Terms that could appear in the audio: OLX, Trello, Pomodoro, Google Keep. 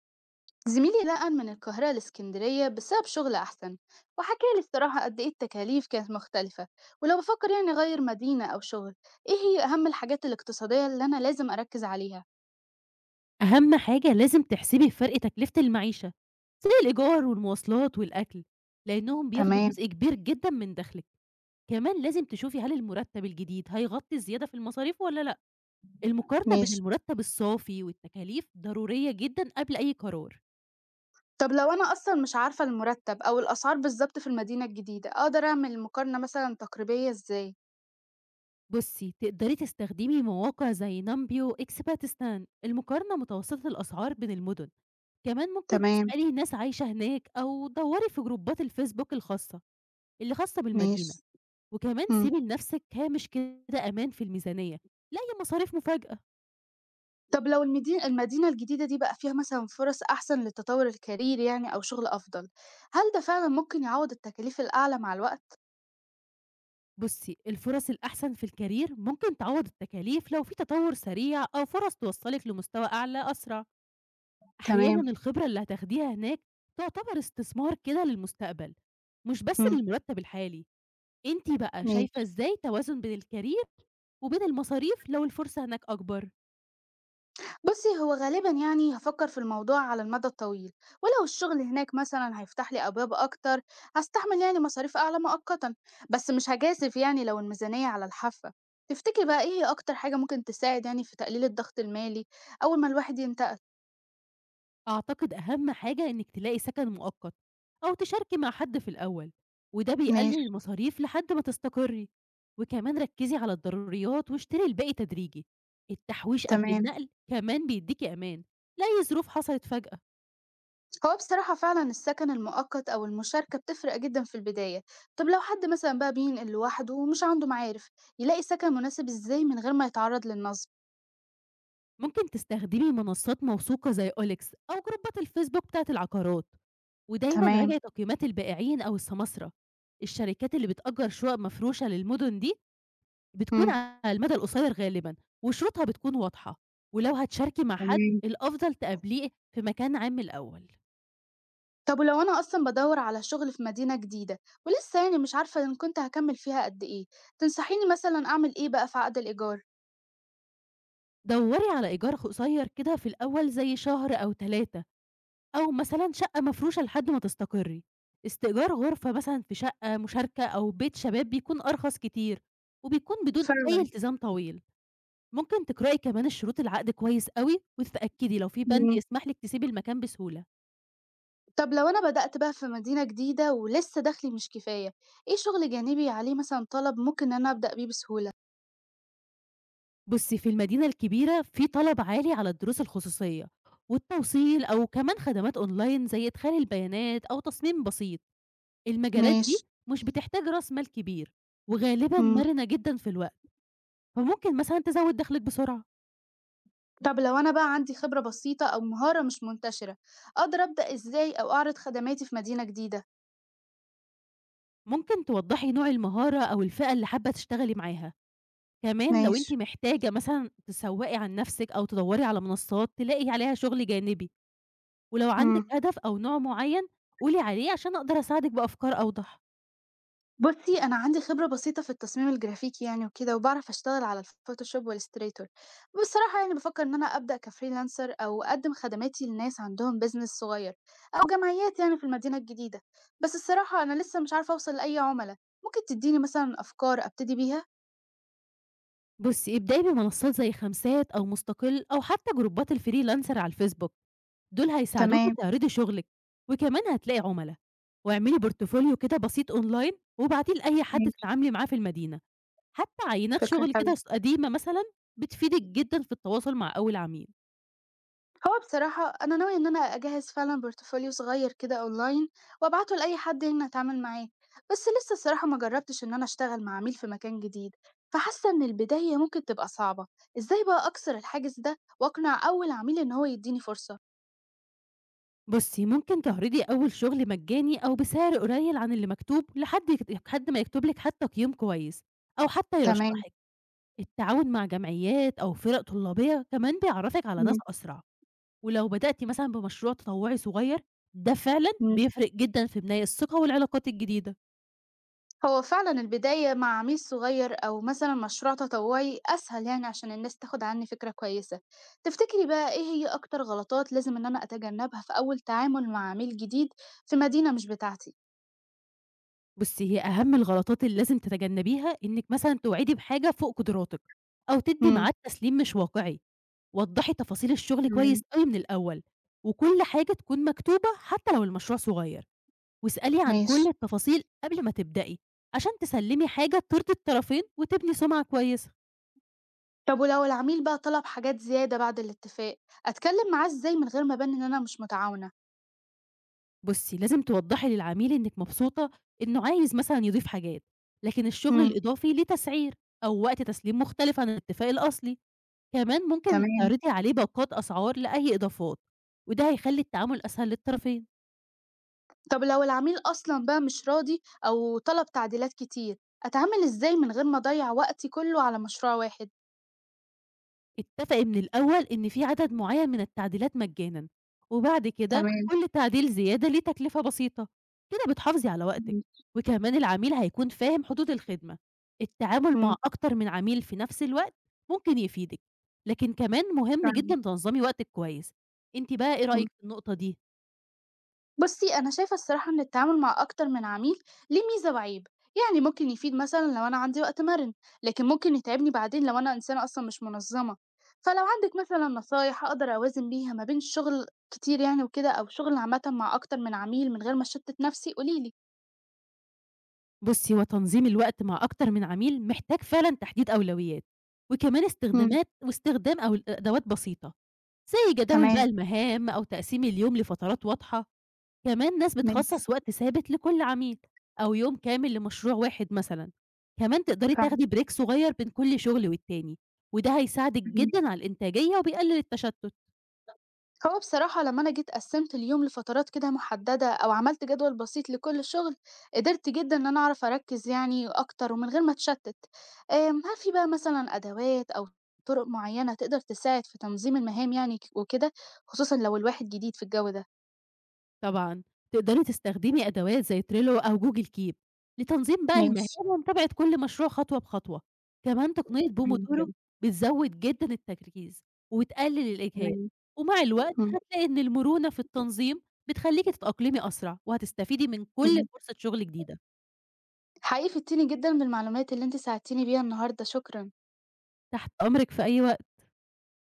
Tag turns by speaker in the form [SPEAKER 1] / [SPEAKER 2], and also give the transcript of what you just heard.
[SPEAKER 1] زميلي نقل من القاهرة لإسكندرية بسبب شغل أحسن، وحكى لي الصراحة قد إيه التكاليف كانت مختلفة، ولو بفكر يعني أغير مدينة أو شغل، إيه هي أهم الحاجات الاقتصادية اللي أنا لازم أركز عليها؟
[SPEAKER 2] أهم حاجة لازم تحسبي فرق تكلفة المعيشة، زي الإيجار والمواصلات والأكل، لأنهم بياخدوا
[SPEAKER 1] تمام.
[SPEAKER 2] جزء كبير جدًا من دخلِك، كمان لازم تشوفي هل المرتب الجديد هيغطي الزيادة في المصاريف والّا لأ، المقارنة بين
[SPEAKER 1] ماشي.
[SPEAKER 2] المرتب الصافي والتكاليف ضرورية جدًا قبل أي قرار.
[SPEAKER 1] طب لو أنا أصلا مش عارفة المرتب أو الأسعار بالظبط في المدينة الجديدة، أقدر أعمل مقارنة مثلا تقريبية إزاي؟
[SPEAKER 2] بُصي، تقدري تستخدمي مواقع زي نامبيو وإكسباتستان المقارنة متوسطة الأسعار بين المدن، كمان ممكن
[SPEAKER 1] تمام.
[SPEAKER 2] تسألي ناس عايشة هناك أو دوري في جروبات الفيسبوك الخاصة، اللي خاصة بالمدينة.
[SPEAKER 1] ماشي.
[SPEAKER 2] وكمان
[SPEAKER 1] مم.
[SPEAKER 2] سيبي لنفسِك هامش كده أمان في الميزانية، لا هي مصاريف مفاجأة.
[SPEAKER 1] طب لو المدينة الجديدة دي بقى فيها مثلا فرص أحسن للتطور الكارير يعني أو شغل أفضل، هل ده فعلا ممكن يعوض التكاليف الأعلى مع الوقت؟
[SPEAKER 2] بُصّي، الفرص الأحسن في الكارير ممكن تعوّض التكاليف لو في تطوّر سريع أو فرص توصّلِك لمستوى أعلى أسرع. أحيانًا
[SPEAKER 1] تمام،
[SPEAKER 2] الخبرة اللي هتاخديها هناك تعتبر استثمار كده للمستقبل، مش بس
[SPEAKER 1] إمم،
[SPEAKER 2] للمرتّب الحالي. أنتِ بقى شايفة
[SPEAKER 1] ماشي.
[SPEAKER 2] إزاي توازن بين الكارير وبين المصاريف لو الفرصة هناك أكبر؟
[SPEAKER 1] بُصّي، هو غالبًا يعني هافكّر في الموضوع على المدى الطويل، ولو الشغل هناك مثلًا هيفتح لي أبواب أكتر، هاستحمل يعني مصاريف أعلى مؤقتًا، بس مش هاجازف يعني لو الميزانية على الحافة. تفتكري بقى إيه هي أكتر حاجة ممكن تساعد يعني في تقليل الضغط المالي أول ما الواحد ينتقل؟
[SPEAKER 2] أعتقد أهم حاجة إنِّك تلاقي سكن مؤقت أو تشاركي مع حد في الأول، وده بيقلل
[SPEAKER 1] ماشي،
[SPEAKER 2] المصاريف لحد ما تستقري، وكمان ركّزي على الضروريات واشتري الباقي تدريجي، التحويش قبل
[SPEAKER 1] تمام.
[SPEAKER 2] النقل كمان بيدّيكِ أمان، لأي ظروف حصلت فجأة،
[SPEAKER 1] هو بصراحة فعلًا السكن المؤقت أو المشاركة بتفرق جدًا في البداية. طب لو حد مثلًا بقى بينقل لوحده ومش عنده معارف، يلاقي سكن مناسب إزاي من غير ما يتعرّض للنصب؟
[SPEAKER 2] ممكن تستخدمي منصات موثوقة زي OLX أو جروبات الفيسبوك بتاعة العقارات، ودايمًا
[SPEAKER 1] تمام.
[SPEAKER 2] راجعي تقييمات البائعين أو السماسرة، الشركات اللي بتأجر شقق مفروشة للمدن دي بتكون
[SPEAKER 1] إمم.
[SPEAKER 2] على المدى القصير غالبًا، وشروطها بتكون واضحة، ولو هتشاركي مع حد
[SPEAKER 1] تمام.
[SPEAKER 2] الأفضل تقابليه في مكان عام الأول،
[SPEAKER 1] طب ولو أنا أصلًا بادوّر على شغل في مدينة جديدة ولسه يعني مش عارفة إن كنت هاكمّل فيها قد إيه، تنصحيني مثلًا أعمل إيه بقى في عقد الإيجار؟
[SPEAKER 2] دوري على إيجار قصير كده في الأول زي شهر أو 3 أو مثلًا شقة مفروشة لحد ما تستقري، استئجار غرفة مثلًا في شقة مشاركة أو بيت شباب بيكون أرخص كتير، وبيكون بدون أي
[SPEAKER 1] فعلًا،
[SPEAKER 2] التزام طويل، ممكن تقرأي كمان الشروط العقد كويس أوي وتتأكدي لو في بند
[SPEAKER 1] إمم.
[SPEAKER 2] يسمح لِك تسيبي المكان بسهولة.
[SPEAKER 1] طب لو أنا بدأت بقى في مدينة جديدة ولسه دخلي مش كفاية، إيه شغل جانبي عليه مثلًا طلب ممكن إن أنا أبدأ بيه بسهولة؟
[SPEAKER 2] بُصّي، في المدينة الكبيرة في طلب عالي على الدروس الخصوصية، والتوصيل أو كمان خدمات أونلاين زي إدخال البيانات أو تصميم بسيط. المجالات
[SPEAKER 1] ماشي،
[SPEAKER 2] دي مش بتحتاج رأس مال كبير، وغالبًا
[SPEAKER 1] إمم.
[SPEAKER 2] مرنة جدًا في الوقت، فممكن مثلًا تزوّد دخلِك بسرعة.
[SPEAKER 1] طب لو أنا بقى عندي خبرة بسيطة أو مهارة مش منتشرة، أقدر أبدأ إزاي أو أعرض خدماتي في مدينة جديدة؟
[SPEAKER 2] ممكن توضّحي نوع المهارة أو الفئة اللي حابة تشتغلي معاها. كمان لو
[SPEAKER 1] ماشي،
[SPEAKER 2] أنتِ محتاجة مثلًا تسوّقي عن نفسِك أو تدوّري على منصات تلاقي عليها شغل جانبي، ولو عندِك
[SPEAKER 1] إمم.
[SPEAKER 2] هدف أو نوع معيّن قولي عليه عشان أقدر أساعدِك بأفكار أوضح.
[SPEAKER 1] بُصّي، أنا عندي خبرة بسيطة في التصميم الجرافيكي يعني وكده، وباعرف أشتغل على الفوتوشوب والillustrator. بصراحة يعني بافكّر إن أنا أبدأ كfreelancer أو أقدّم خدماتي لناس عندهم business صغير أو جمعيات يعني في المدينة الجديدة، بس الصراحة أنا لسه مش عارفة أوصل لأي عُملا، ممكن تدّيني مثلًا أفكار أبتدي بيها؟
[SPEAKER 2] بُصّي، ابدئي بمنصات زي خمسات أو مستقل أو حتى جروبات الfreelancer على الفيسبوك، دول هيساعدوكِ
[SPEAKER 1] تمام،
[SPEAKER 2] تعرضي شغلِك، وكمان هتلاقي عُملا، واعملي بورتفوليو كده بسيط أونلاين وابعتيه لأي حد
[SPEAKER 1] ماشي،
[SPEAKER 2] تتعاملي معاه في المدينة، حتى عينات
[SPEAKER 1] فكرة
[SPEAKER 2] شغل
[SPEAKER 1] حلوة.
[SPEAKER 2] كده ص قديمة مثلًا بتفيدِك جدًا في التواصل مع أول عميل.
[SPEAKER 1] هو بصراحة أنا ناوية إن أنا أجهّز فعلًا portfolio صغير كده online وأبعته لأي حد هنا أتعامل معاه، بس لسه الصراحة ما جرّبتش إن أنا أشتغل مع عميل في مكان جديد، فحاسة إن البداية ممكن تبقى صعبة، إزاي بقى أكسر الحاجز ده وأقنع أول عميل إن هو يدّيني فرصة؟
[SPEAKER 2] بُصّي، ممكن تعرضي أول شغل مجاني أو بسعر قليل عن اللي مكتوب لحد يك حد ما يكتب لِك حتى قيّم كويس أو حتى
[SPEAKER 1] تمام،
[SPEAKER 2] يرشحِك. التعاون مع جمعيات أو فرق طلابية كمان بيعرّفِك على ناس
[SPEAKER 1] إمم.
[SPEAKER 2] أسرع. ولو بدأتِ مثلًا بمشروع تطوعي صغير، ده فعلًا
[SPEAKER 1] إمم.
[SPEAKER 2] بيفرق جدًا في بناء الثقة والعلاقات الجديدة.
[SPEAKER 1] هو فعلًا البداية مع عميل صغير أو مثلًا مشروع تطوعي أسهل يعني عشان الناس تاخد عني فكرة كويسة، تفتكري بقى إيه هي أكتر غلطات لازم إن أنا أتجنبها في أول تعامل مع عميل جديد في مدينة مش بتاعتي؟
[SPEAKER 2] بُصّي، هي أهم الغلطات اللي لازم تتجنبيها إنِّك مثلًا توعدي بحاجة فوق قدراتِك، أو تدّي
[SPEAKER 1] إمم،
[SPEAKER 2] ميعاد تسليم مش واقعي. وضّحي تفاصيل الشغل كويس
[SPEAKER 1] تمام،
[SPEAKER 2] أوي من الأول، وكل حاجة تكون مكتوبة حتى لو المشروع صغير، واسألي عن
[SPEAKER 1] ماشي.
[SPEAKER 2] كل التفاصيل قبل ما تبدئي، عشان تسلّمي حاجة ترضي الطرفين وتبني سُمعة كويسة.
[SPEAKER 1] طب ولو العميل بقى طلب حاجات زيادة بعد الاتفاق، أتكلم معاه إزاي من غير ما أبان إن أنا مش متعاونة؟
[SPEAKER 2] بُصّي، لازم توضّحي للعميل إنِّك مبسوطة إنه عايز مثلًا يضيف حاجات، لكن الشغل
[SPEAKER 1] إمم،
[SPEAKER 2] الإضافي ليه تسعير أو وقت تسليم مختلف عن الاتفاق الأصلي، كمان ممكن
[SPEAKER 1] تمام.
[SPEAKER 2] تعرضي عليه باقات أسعار لأي إضافات، وده هيخلّي التعامل أسهل للطرفين.
[SPEAKER 1] طب لو العميل أصلًا بقى مش راضي أو طلب تعديلات كتير، أتعامل إزاي من غير ما أضيّع وقتي كله على مشروع واحد؟
[SPEAKER 2] اتفق من الأول إن في عدد معيّن من التعديلات مجانًا، وبعد كده
[SPEAKER 1] تمام،
[SPEAKER 2] كل تعديل زيادة ليه تكلفة بسيطة، كده بتحافظي على وقتِك،
[SPEAKER 1] إمم.
[SPEAKER 2] وكمان العميل هيكون فاهم حدود الخدمة، التعامل
[SPEAKER 1] إمم،
[SPEAKER 2] مع أكتر من عميل في نفس الوقت ممكن يفيدِك، لكن كمان مهم
[SPEAKER 1] فعلًا،
[SPEAKER 2] جدًا تنظّمي وقتِك كويس، أنتِ بقى إيه
[SPEAKER 1] إمم.
[SPEAKER 2] رأيِك في النقطة دي؟
[SPEAKER 1] بُصّي، أنا شايفة الصراحة إن التعامل مع أكتر من عميل ليه ميزة وعيب، يعني ممكن يفيد مثلًا لو أنا عندي وقت مَرِن، لكن ممكن يتعبني بعدين لو أنا إنسانة أصلًا مش منظمة، فلو عندِك مثلًا نصايح أقدر أوازن بيها ما بين الشغل كتير يعني وكده، أو شغل عامةً مع أكتر من عميل من غير ما أشتت نفسي قولي لي؟
[SPEAKER 2] بُصّي، هو تنظيم الوقت مع أكتر من عميل محتاج فعلًا تحديد أولويات، وكمان
[SPEAKER 1] إمم،
[SPEAKER 2] استخدامات واستخدام أو أدوات بسيطة. زي جداول بقى
[SPEAKER 1] تمام،
[SPEAKER 2] المهام أو تقسيم اليوم لفترات واضحة، كمان ناس
[SPEAKER 1] ماشي،
[SPEAKER 2] بتخصص وقت ثابت لكل عميل أو يوم كامل لمشروع واحد مثلًا، كمان تقدري
[SPEAKER 1] فعلًا،
[SPEAKER 2] تاخدي بريك صغير بين كل شغل والتاني، وده هيساعدك
[SPEAKER 1] إمم.
[SPEAKER 2] جدًا على الإنتاجية وبيقلل التشتت.
[SPEAKER 1] هو بصراحة لما أنا جيت قسمت اليوم لفترات كده محددة أو عملت جدول بسيط لكل شغل قدرت جدا إن أنا أعرف أركز يعني أكتر ومن غير ما أتشتت. هل في بقى مثلا أدوات أو طرق معينة تقدر تساعد في تنظيم المهام يعني وكده، خصوصا لو الواحد جديد في الجو ده؟
[SPEAKER 2] طبعًا، تقدري تستخدمي أدوات زي Trello أو Google Keep لتنظيم بقى المهام
[SPEAKER 1] ماشي.
[SPEAKER 2] ومتابعة كل مشروع خطوة بخطوة، كمان تقنية Pomodoro
[SPEAKER 1] ممكن.
[SPEAKER 2] بتزود جدًا التركيز وبتقلل الإجهاد،
[SPEAKER 1] تمام.
[SPEAKER 2] ومع الوقت
[SPEAKER 1] مم.
[SPEAKER 2] هتلاقي إن المرونة في التنظيم بتخلّيكِ تتأقلمي أسرع، وهتستفيدي من كل
[SPEAKER 1] مم.
[SPEAKER 2] فرصة شغل جديدة.
[SPEAKER 1] حقيقي فدتيني جدا بالمعلومات اللي انت ساعدتيني بيها النهاردة، شكرا.
[SPEAKER 2] تحت أمرِك في أي وقت.